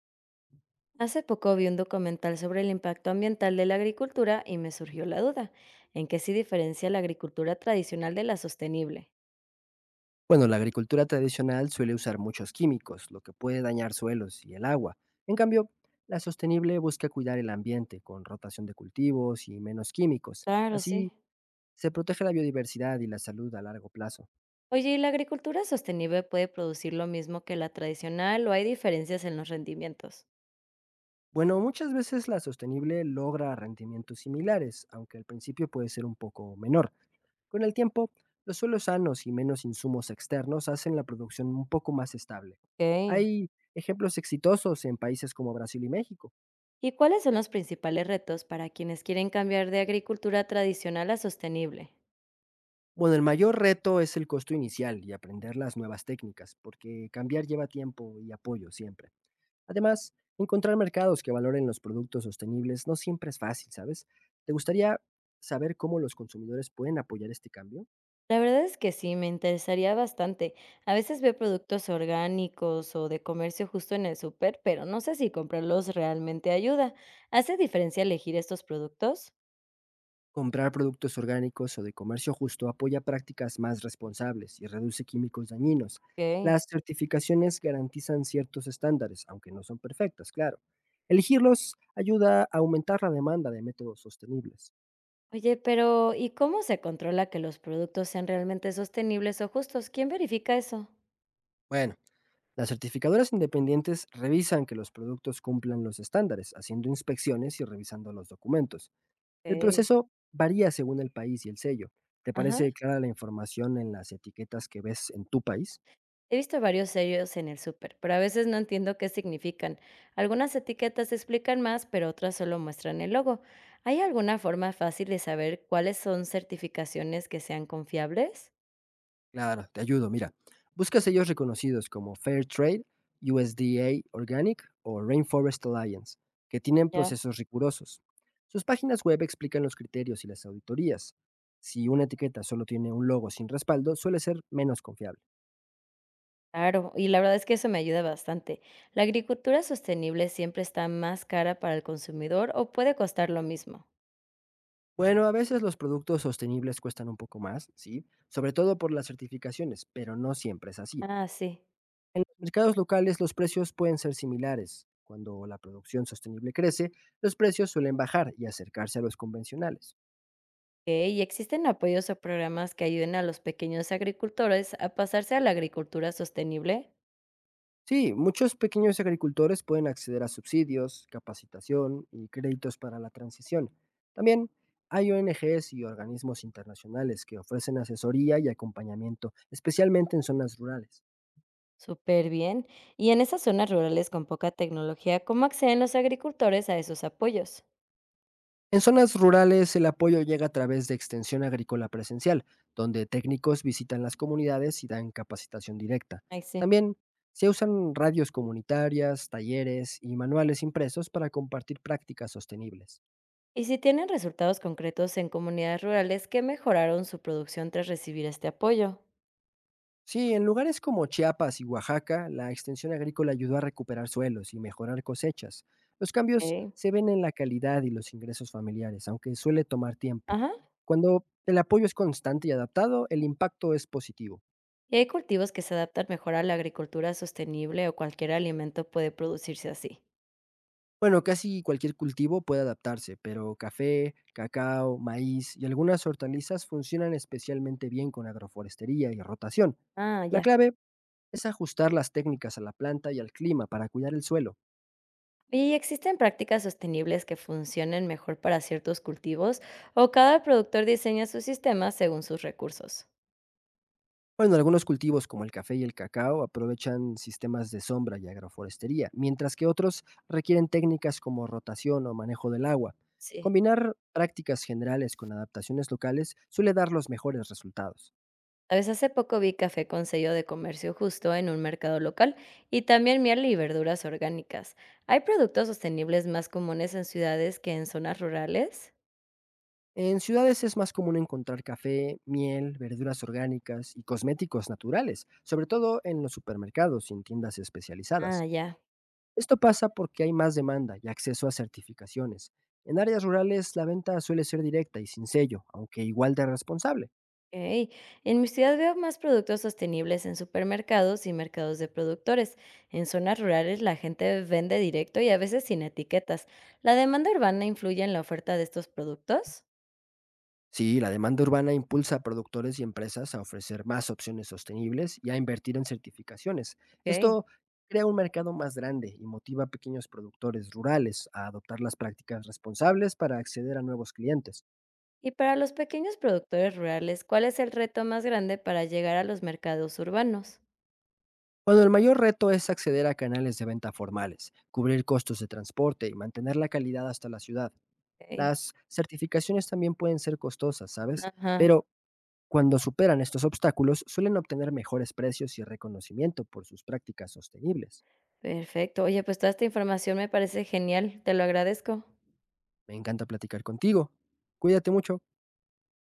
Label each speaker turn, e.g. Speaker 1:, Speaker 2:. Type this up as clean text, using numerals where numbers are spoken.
Speaker 1: Hace poco vi un documental sobre el impacto ambiental de la agricultura y me surgió la duda, ¿en qué se diferencia la agricultura tradicional de la sostenible?
Speaker 2: Bueno, la agricultura tradicional suele usar muchos químicos, lo que puede dañar suelos y el agua. En cambio, la sostenible busca cuidar el ambiente con rotación de cultivos y menos químicos.
Speaker 1: Claro, sí.
Speaker 2: Así se protege la biodiversidad y la salud a largo plazo.
Speaker 1: Oye, ¿y la agricultura sostenible puede producir lo mismo que la tradicional o hay diferencias en los rendimientos?
Speaker 2: Bueno, muchas veces la sostenible logra rendimientos similares, aunque al principio puede ser un poco menor. Con el tiempo, los suelos sanos y menos insumos externos hacen la producción un poco más estable.
Speaker 1: Ok.
Speaker 2: Hay ejemplos exitosos en países como Brasil y México.
Speaker 1: ¿Y cuáles son los principales retos para quienes quieren cambiar de agricultura tradicional a sostenible?
Speaker 2: Bueno, el mayor reto es el costo inicial y aprender las nuevas técnicas, porque cambiar lleva tiempo y apoyo siempre. Además, encontrar mercados que valoren los productos sostenibles no siempre es fácil, ¿sabes? ¿Te gustaría saber cómo los consumidores pueden apoyar este cambio?
Speaker 1: La verdad es que sí, me interesaría bastante. A veces veo productos orgánicos o de comercio justo en el súper, pero no sé si comprarlos realmente ayuda. ¿Hace diferencia elegir estos productos?
Speaker 2: Comprar productos orgánicos o de comercio justo apoya prácticas más responsables y reduce químicos dañinos.
Speaker 1: Ok.
Speaker 2: Las certificaciones garantizan ciertos estándares, aunque no son perfectas, claro. Elegirlos ayuda a aumentar la demanda de métodos sostenibles.
Speaker 1: Oye, pero ¿y cómo se controla que los productos sean realmente sostenibles o justos? ¿Quién verifica eso?
Speaker 2: Bueno. Las certificadoras independientes revisan que los productos cumplan los estándares, haciendo inspecciones y revisando los documentos. El
Speaker 1: Ok.
Speaker 2: proceso varía según el país y el sello. ¿Te
Speaker 1: Ajá.
Speaker 2: parece clara la información en las etiquetas que ves en tu país?
Speaker 1: He visto varios sellos en el súper, pero a veces no entiendo qué significan. Algunas etiquetas explican más, pero otras solo muestran el logo. ¿Hay alguna forma fácil de saber cuáles son certificaciones que sean confiables?
Speaker 2: Claro, te ayudo, mira. Busca sellos reconocidos como Fair Trade, USDA Organic o Rainforest Alliance, que tienen
Speaker 1: Ya.
Speaker 2: procesos rigurosos. Sus páginas web explican los criterios y las auditorías. Si una etiqueta solo tiene un logo sin respaldo, suele ser menos confiable.
Speaker 1: Claro, y la verdad es que eso me ayuda bastante. ¿La agricultura sostenible siempre está más cara para el consumidor o puede costar lo mismo?
Speaker 2: Bueno, a veces los productos sostenibles cuestan un poco más, ¿sí? Sobre todo por las certificaciones, pero no siempre es así.
Speaker 1: Ah, sí.
Speaker 2: En los mercados locales los precios pueden ser similares. Cuando la producción sostenible crece, los precios suelen bajar y acercarse a los convencionales.
Speaker 1: Ok, ¿y existen apoyos o programas que ayuden a los pequeños agricultores a pasarse a la agricultura sostenible?
Speaker 2: Sí, muchos pequeños agricultores pueden acceder a subsidios, capacitación y créditos para la transición. También hay ONGs y organismos internacionales que ofrecen asesoría y acompañamiento, especialmente en zonas rurales.
Speaker 1: Súper bien. Y en esas zonas rurales con poca tecnología, ¿cómo acceden los agricultores a esos apoyos?
Speaker 2: En zonas rurales, el apoyo llega a través de extensión agrícola presencial, donde técnicos visitan las comunidades y dan capacitación directa.
Speaker 1: Ay, sí.
Speaker 2: También se usan radios comunitarias, talleres y manuales impresos para compartir prácticas sostenibles.
Speaker 1: Y si tienen resultados concretos en comunidades rurales que mejoraron su producción tras recibir este apoyo.
Speaker 2: Sí, en lugares como Chiapas y Oaxaca, la extensión agrícola ayudó a recuperar suelos y mejorar cosechas. Los cambios
Speaker 1: Ok.
Speaker 2: se ven en la calidad y los ingresos familiares, aunque suele tomar tiempo.
Speaker 1: Ajá.
Speaker 2: Cuando el apoyo es constante y adaptado, el impacto es positivo.
Speaker 1: Y hay cultivos que se adaptan mejor a la agricultura sostenible o cualquier alimento puede producirse así.
Speaker 2: Bueno, casi cualquier cultivo puede adaptarse, pero café, cacao, maíz y algunas hortalizas funcionan especialmente bien con agroforestería y rotación.
Speaker 1: Ah,
Speaker 2: La
Speaker 1: ya.
Speaker 2: clave es ajustar las técnicas a la planta y al clima para cuidar el suelo.
Speaker 1: Oye, ¿y existen prácticas sostenibles que funcionen mejor para ciertos cultivos o cada productor diseña su sistema según sus recursos?
Speaker 2: Bueno, algunos cultivos como el café y el cacao aprovechan sistemas de sombra y agroforestería, mientras que otros requieren técnicas como rotación o manejo del agua.
Speaker 1: Sí.
Speaker 2: Combinar prácticas generales con adaptaciones locales suele dar los mejores resultados.
Speaker 1: Sabes, hace poco vi café con sello de comercio justo en un mercado local y también miel y verduras orgánicas. ¿Hay productos sostenibles más comunes en ciudades que en zonas rurales?
Speaker 2: En ciudades es más común encontrar café, miel, verduras orgánicas y cosméticos naturales, sobre todo en los supermercados y en tiendas
Speaker 1: Ah,
Speaker 2: especializadas.
Speaker 1: ya.
Speaker 2: Esto pasa porque hay más demanda y acceso a certificaciones. En áreas rurales la venta suele ser directa y sin sello, aunque igual de responsable.
Speaker 1: Ok. En mi ciudad veo más productos sostenibles en supermercados y mercados de productores. En zonas rurales la gente vende directo y a veces sin etiquetas. ¿La demanda urbana influye en la oferta de estos productos?
Speaker 2: Sí, la demanda urbana impulsa a productores y empresas a ofrecer más opciones sostenibles y a invertir en certificaciones.
Speaker 1: Ok.
Speaker 2: Esto crea un mercado más grande y motiva a pequeños productores rurales a adoptar las prácticas responsables para acceder a nuevos clientes.
Speaker 1: Y para los pequeños productores rurales, ¿cuál es el reto más grande para llegar a los mercados urbanos?
Speaker 2: Cuando el mayor reto es acceder a canales de venta formales, cubrir costos de transporte y mantener la calidad hasta la ciudad.
Speaker 1: Okey,
Speaker 2: Las certificaciones también pueden ser costosas, ¿sabes?
Speaker 1: ajá,
Speaker 2: Pero cuando superan estos obstáculos, suelen obtener mejores precios y reconocimiento por sus prácticas sostenibles.
Speaker 1: perfecto. Oye, pues toda esta información me parece genial, te lo agradezco.
Speaker 2: Me encanta platicar contigo. Cuídate mucho.